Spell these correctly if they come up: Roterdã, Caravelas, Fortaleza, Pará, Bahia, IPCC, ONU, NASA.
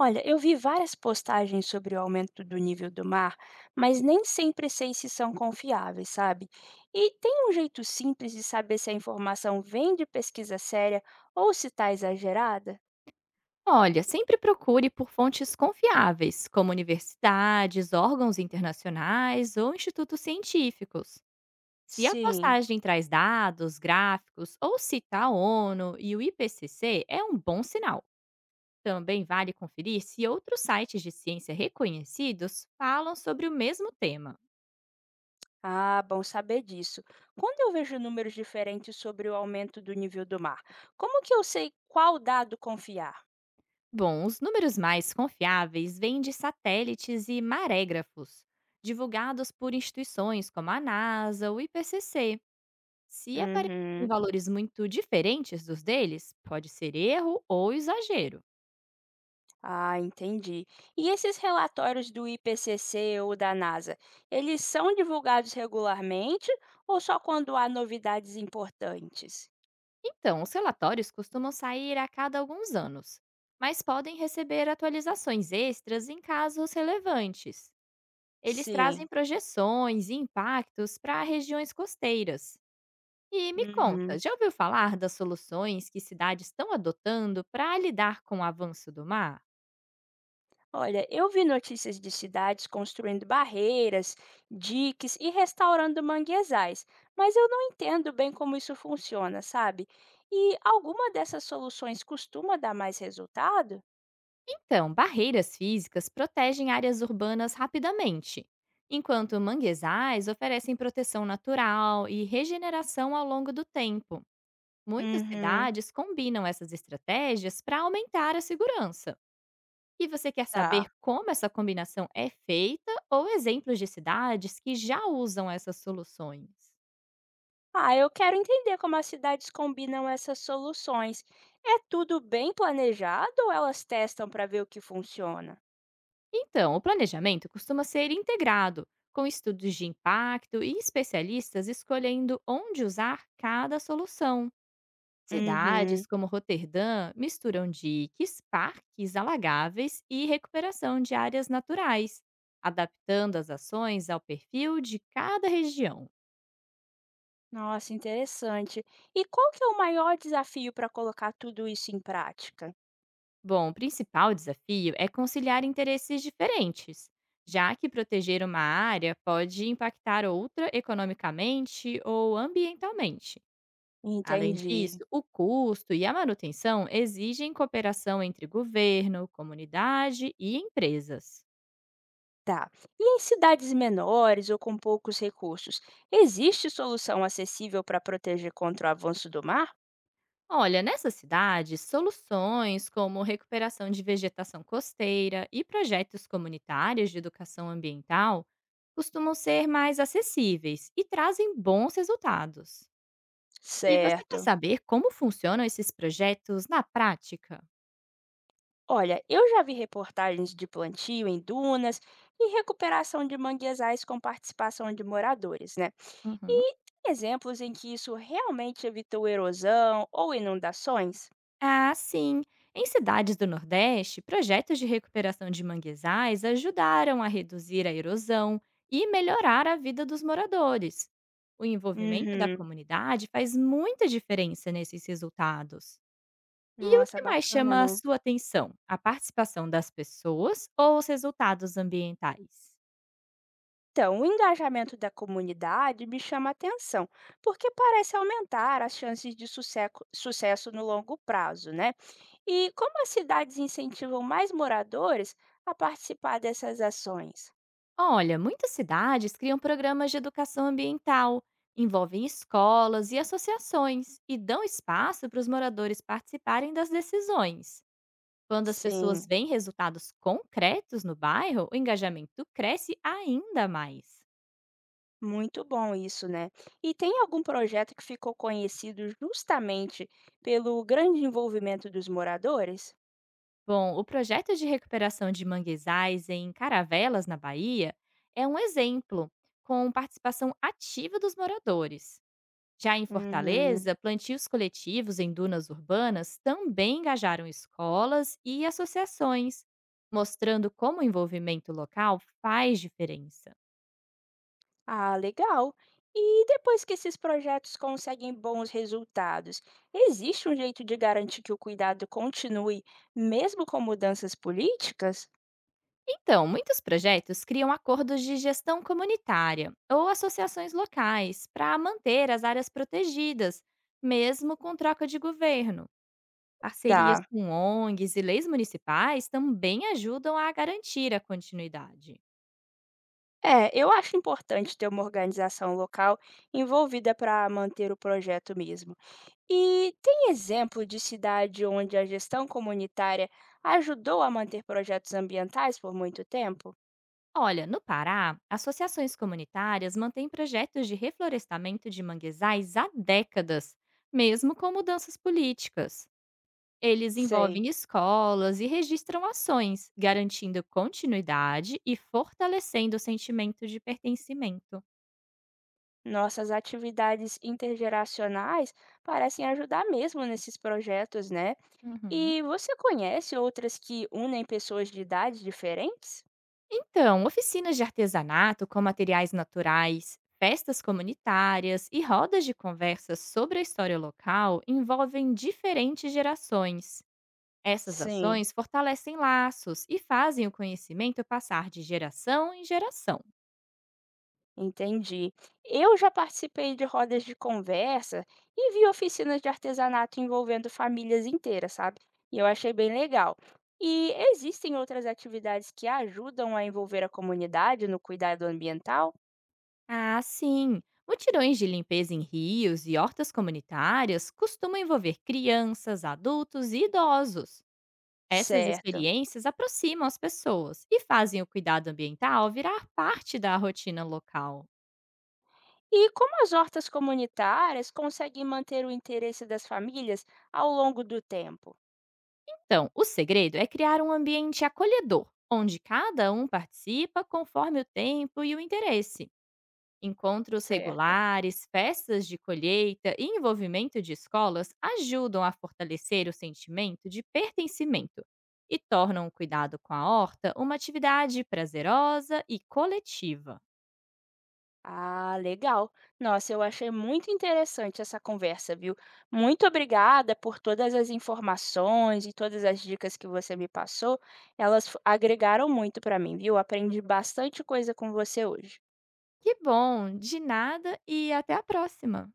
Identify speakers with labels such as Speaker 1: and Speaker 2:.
Speaker 1: Olha, eu vi várias postagens sobre o aumento do nível do mar, mas nem sempre sei se são confiáveis, sabe? E tem um jeito simples de saber se a informação vem de pesquisa séria ou se está exagerada?
Speaker 2: Olha, sempre procure por fontes confiáveis, como universidades, órgãos internacionais ou institutos científicos. Se a
Speaker 1: Sim.
Speaker 2: postagem traz dados, gráficos ou cita a ONU e o IPCC, é um bom sinal. Também vale conferir se outros sites de ciência reconhecidos falam sobre o mesmo tema.
Speaker 1: Ah, bom saber disso. Quando eu vejo números diferentes sobre o aumento do nível do mar, como que eu sei qual dado confiar?
Speaker 2: Bom, os números mais confiáveis vêm de satélites e marégrafos, divulgados por instituições como a NASA ou o IPCC. Se aparecerem
Speaker 1: Uhum.
Speaker 2: valores muito diferentes dos deles, pode ser erro ou exagero.
Speaker 1: Ah, entendi. E esses relatórios do IPCC ou da NASA, eles são divulgados regularmente ou só quando há novidades importantes?
Speaker 2: Então, os relatórios costumam sair a cada alguns anos, mas podem receber atualizações extras em casos relevantes. Eles trazem
Speaker 1: Sim.
Speaker 2: projeções e impactos para regiões costeiras. E me
Speaker 1: Uhum.
Speaker 2: conta, já ouviu falar das soluções que cidades estão adotando para lidar com o avanço do mar?
Speaker 1: Olha, eu vi notícias de cidades construindo barreiras, diques e restaurando manguezais, mas eu não entendo bem como isso funciona, sabe? E alguma dessas soluções costuma dar mais resultado?
Speaker 2: Então, barreiras físicas protegem áreas urbanas rapidamente, enquanto manguezais oferecem proteção natural e regeneração ao longo do tempo. Muitas
Speaker 1: Uhum.
Speaker 2: cidades combinam essas estratégias para aumentar a segurança. E você quer
Speaker 1: Tá.
Speaker 2: saber como essa combinação é feita ou exemplos de cidades que já usam essas soluções?
Speaker 1: Ah, eu quero entender como as cidades combinam essas soluções. É tudo bem planejado ou elas testam para ver o que funciona?
Speaker 2: Então, o planejamento costuma ser integrado, com estudos de impacto e especialistas escolhendo onde usar cada solução.
Speaker 1: Uhum.
Speaker 2: Cidades como Roterdã misturam diques, parques alagáveis e recuperação de áreas naturais, adaptando as ações ao perfil de cada região.
Speaker 1: Nossa, interessante. E qual que é o maior desafio para colocar tudo isso em prática?
Speaker 2: Bom, o principal desafio é conciliar interesses diferentes, já que proteger uma área pode impactar outra economicamente ou ambientalmente. Além
Speaker 1: Entendi.
Speaker 2: disso, o custo e a manutenção exigem cooperação entre governo, comunidade e empresas.
Speaker 1: Tá. E em cidades menores ou com poucos recursos, existe solução acessível para proteger contra o avanço do mar?
Speaker 2: Olha, nessa cidade, soluções como recuperação de vegetação costeira e projetos comunitários de educação ambiental costumam ser mais acessíveis e trazem bons resultados. E você quer
Speaker 1: Certo.
Speaker 2: saber como funcionam esses projetos na prática?
Speaker 1: Olha, eu já vi reportagens de plantio em dunas e recuperação de manguezais com participação de moradores, né?
Speaker 2: Uhum.
Speaker 1: E tem exemplos em que isso realmente evitou erosão ou inundações?
Speaker 2: Ah, sim. Em cidades do Nordeste, projetos de recuperação de manguezais ajudaram a reduzir a erosão e melhorar a vida dos moradores. O envolvimento da
Speaker 1: Uhum.
Speaker 2: comunidade faz muita diferença nesses resultados. E o
Speaker 1: Nossa,
Speaker 2: que mais
Speaker 1: bacana,
Speaker 2: chama a
Speaker 1: né?
Speaker 2: sua atenção? A participação das pessoas ou os resultados ambientais?
Speaker 1: Então, o engajamento da comunidade me chama a atenção, porque parece aumentar as chances de sucesso no longo prazo, né? E como as cidades incentivam mais moradores a participar dessas ações?
Speaker 2: Olha, muitas cidades criam programas de educação ambiental, envolvem escolas e associações e dão espaço para os moradores participarem das decisões. Quando as pessoas
Speaker 1: Sim.
Speaker 2: veem resultados concretos no bairro, o engajamento cresce ainda mais.
Speaker 1: Muito bom isso, né? E tem algum projeto que ficou conhecido justamente pelo grande envolvimento dos moradores?
Speaker 2: Bom, o projeto de recuperação de manguezais em Caravelas, na Bahia, é um exemplo, com participação ativa dos moradores. Já em
Speaker 1: Uhum.
Speaker 2: Fortaleza, plantios coletivos em dunas urbanas também engajaram escolas e associações, mostrando como o envolvimento local faz diferença.
Speaker 1: Ah, legal. E depois que esses projetos conseguem bons resultados, existe um jeito de garantir que o cuidado continue, mesmo com mudanças políticas?
Speaker 2: Então, muitos projetos criam acordos de gestão comunitária ou associações locais para manter as áreas protegidas, mesmo com troca de governo. Parcerias
Speaker 1: Tá.
Speaker 2: com ONGs e leis municipais também ajudam a garantir a continuidade.
Speaker 1: É, eu acho importante ter uma organização local envolvida para manter o projeto mesmo. E tem exemplo de cidade onde a gestão comunitária ajudou a manter projetos ambientais por muito tempo?
Speaker 2: Olha, no Pará, associações comunitárias mantêm projetos de reflorestamento de manguezais há décadas, mesmo com mudanças políticas. Eles
Speaker 1: Sei.
Speaker 2: envolvem escolas e registram ações, garantindo continuidade e fortalecendo o sentimento de pertencimento.
Speaker 1: Nossas atividades intergeracionais parecem ajudar mesmo nesses projetos, né?
Speaker 2: Uhum.
Speaker 1: E você conhece outras que unem pessoas de idades diferentes?
Speaker 2: Então, oficinas de artesanato com materiais naturais, festas comunitárias e rodas de conversas sobre a história local envolvem diferentes gerações. Essas
Speaker 1: Sim.
Speaker 2: ações fortalecem laços e fazem o conhecimento passar de geração em geração.
Speaker 1: Entendi. Eu já participei de rodas de conversa e vi oficinas de artesanato envolvendo famílias inteiras, sabe? E eu achei bem legal. E existem outras atividades que ajudam a envolver a comunidade no cuidado ambiental?
Speaker 2: Ah, sim! Mutirões de limpeza em rios e hortas comunitárias costumam envolver crianças, adultos e idosos. Essas
Speaker 1: Certo.
Speaker 2: experiências aproximam as pessoas e fazem o cuidado ambiental virar parte da rotina local.
Speaker 1: E como as hortas comunitárias conseguem manter o interesse das famílias ao longo do tempo?
Speaker 2: Então, o segredo é criar um ambiente acolhedor, onde cada um participa conforme o tempo e o interesse. Encontros
Speaker 1: Certo.
Speaker 2: regulares, festas de colheita e envolvimento de escolas ajudam a fortalecer o sentimento de pertencimento e tornam o cuidado com a horta uma atividade prazerosa e coletiva.
Speaker 1: Ah, legal. Nossa, eu achei muito interessante essa conversa, viu? Muito obrigada por todas as informações e todas as dicas que você me passou. Agregaram muito para mim, viu? Aprendi bastante coisa com você hoje.
Speaker 2: Que bom! De nada e até a próxima!